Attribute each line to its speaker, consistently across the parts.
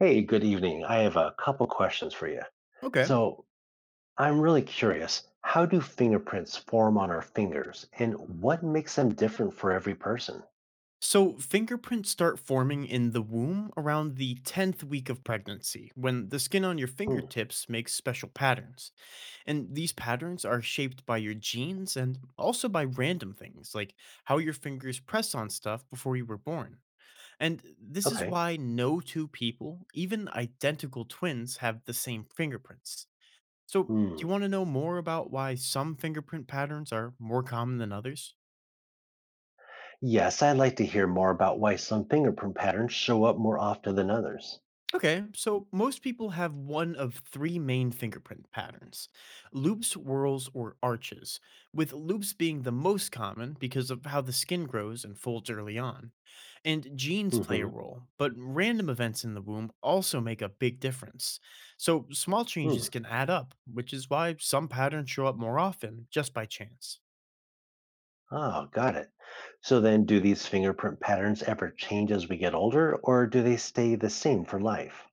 Speaker 1: Hey, good evening. I have a couple questions for you.
Speaker 2: Okay.
Speaker 1: So, I'm really curious, how do fingerprints form on our fingers and what makes them different for every person?
Speaker 2: So fingerprints start forming in the womb around the 10th week of pregnancy when the skin on your
Speaker 1: Hmm,
Speaker 2: fingertips makes special patterns. And these patterns are shaped by your genes and also by random things like how your fingers press on stuff before you were born. And this is
Speaker 1: okay.
Speaker 2: why no two people, even identical twins, have the same fingerprints. So, do you
Speaker 1: Hmm.
Speaker 2: want to know more about why some fingerprint patterns are more common than others?
Speaker 1: Yes, I'd like to hear more about why some fingerprint patterns show up more often than others.
Speaker 2: Okay, so most people have one of three main fingerprint patterns: loops, whorls, or arches, with loops being the most common because of how the skin grows and folds early on. And genes play a
Speaker 1: Mm-hmm.
Speaker 2: role, but random events in the womb also make a big difference. So small changes
Speaker 1: Hmm.
Speaker 2: can add up, which is why some patterns show up more often just by chance.
Speaker 1: Oh, got it. So then do these fingerprint patterns ever change as we get older or do they stay the same for life?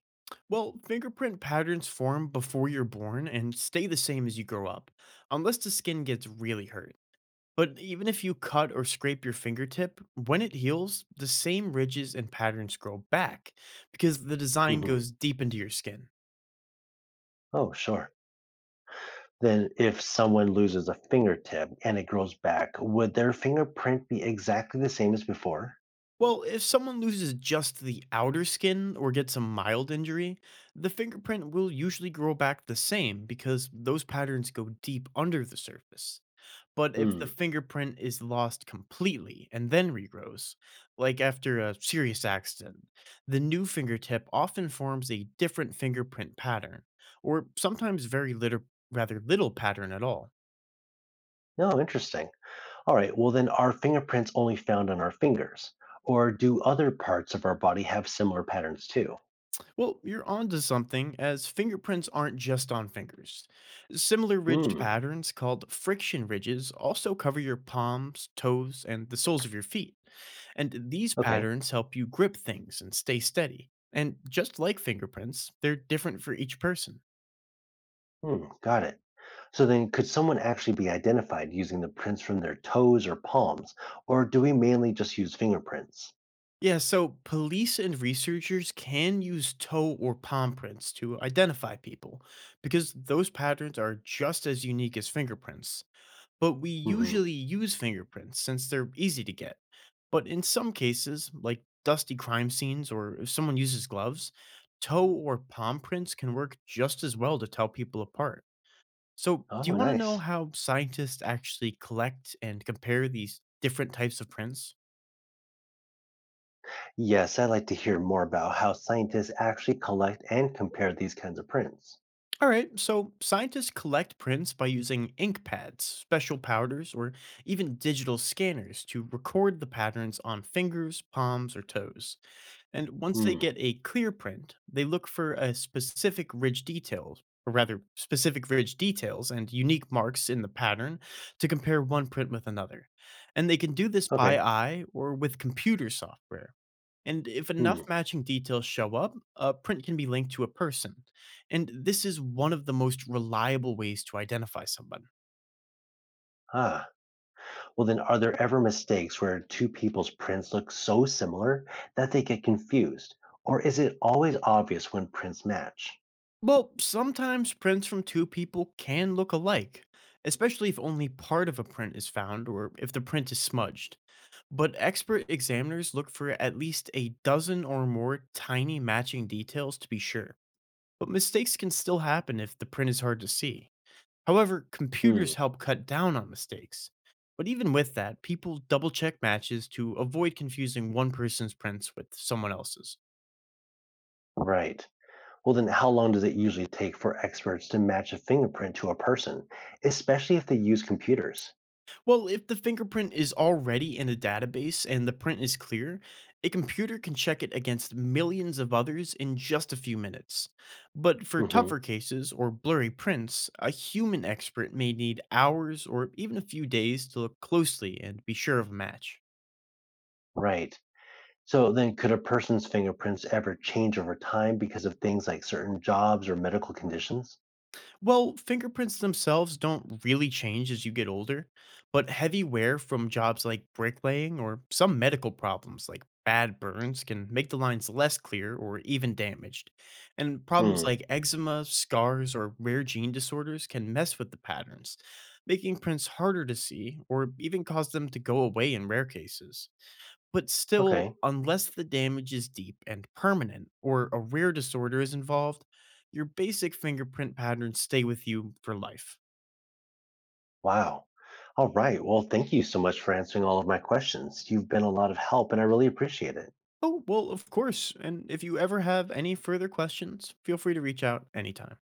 Speaker 2: Well, fingerprint patterns form before you're born and stay the same as you grow up, unless the skin gets really hurt. But even if you cut or scrape your fingertip, when it heals, the same ridges and patterns grow back because the design
Speaker 1: Mm-hmm.
Speaker 2: goes deep into your skin.
Speaker 1: Oh, sure. Then, if someone loses a fingertip and it grows back, would their fingerprint be exactly the same as before?
Speaker 2: Well, if someone loses just the outer skin or gets a mild injury, the fingerprint will usually grow back the same because those patterns go deep under the surface. But if
Speaker 1: Hmm.
Speaker 2: the fingerprint is lost completely and then regrows, like after a serious accident, the new fingertip often forms a different fingerprint pattern, or sometimes very little rather little pattern at all.
Speaker 1: No, interesting. All right. Well, then, are fingerprints only found on our fingers, or do other parts of our body have similar patterns too?
Speaker 2: Well, you're onto something, as fingerprints aren't just on fingers. Similar ridged
Speaker 1: Hmm.
Speaker 2: patterns called friction ridges also cover your palms, toes, and the soles of your feet. And these
Speaker 1: Okay.
Speaker 2: patterns help you grip things and stay steady. And just like fingerprints, they're different for each person.
Speaker 1: Hmm. Got it. So then, could someone actually be identified using the prints from their toes or palms, or do we mainly just use fingerprints?
Speaker 2: Yeah, so police and researchers can use toe or palm prints to identify people because those patterns are just as unique as fingerprints. But we
Speaker 1: Hmm.
Speaker 2: usually use fingerprints since they're easy to get. But in some cases, like dusty crime scenes or if someone uses gloves, toe or palm prints can work just as well to tell people apart. So, do
Speaker 1: Oh,
Speaker 2: you want to know
Speaker 1: nice.
Speaker 2: how scientists actually collect and compare these different types of prints?
Speaker 1: Yes, I'd like to hear more about how scientists actually collect and compare these kinds of prints.
Speaker 2: All right, so scientists collect prints by using ink pads, special powders, or even digital scanners to record the patterns on fingers, palms, or toes. And once they
Speaker 1: Hmm.
Speaker 2: get a clear print, they look for a specific ridge details, or rather, specific ridge details and unique marks in the pattern to compare one print with another. And they can do this by
Speaker 1: Okay.
Speaker 2: eye or with computer software. And if enough
Speaker 1: Hmm.
Speaker 2: matching details show up, a print can be linked to a person. And this is one of the most reliable ways to identify somebody.
Speaker 1: Ah. Well, then, are there ever mistakes where two people's prints look so similar that they get confused? Or is it always obvious when prints match?
Speaker 2: Well, sometimes prints from two people can look alike, especially if only part of a print is found or if the print is smudged. But expert examiners look for at least a dozen or more tiny matching details to be sure. But mistakes can still happen if the print is hard to see. However, computers
Speaker 1: Hmm.
Speaker 2: help cut down on mistakes. But even with that, people double check matches to avoid confusing one person's prints with someone else's.
Speaker 1: Right. Well, then, how long does it usually take for experts to match a fingerprint to a person, especially if they use computers?
Speaker 2: Well, if the fingerprint is already in a database and the print is clear, a computer can check it against millions of others in just a few minutes. But for
Speaker 1: Hmm.
Speaker 2: tougher cases or blurry prints, a human expert may need hours or even a few days to look closely and be sure of a match.
Speaker 1: Right. So then could a person's fingerprints ever change over time because of things like certain jobs or medical conditions?
Speaker 2: Well, fingerprints themselves don't really change as you get older, but heavy wear from jobs like bricklaying or some medical problems like bad burns can make the lines less clear or even damaged. And problems
Speaker 1: Hmm.
Speaker 2: like eczema, scars, or rare gene disorders can mess with the patterns, making prints harder to see or even cause them to go away in rare cases. But still,
Speaker 1: Okay.
Speaker 2: unless the damage is deep and permanent or a rare disorder is involved, your basic fingerprint patterns stay with you for life.
Speaker 1: Wow. All right. Well, thank you so much for answering all of my questions. You've been a lot of help and I really appreciate it.
Speaker 2: Oh, well, of course. And if you ever have any further questions, feel free to reach out anytime.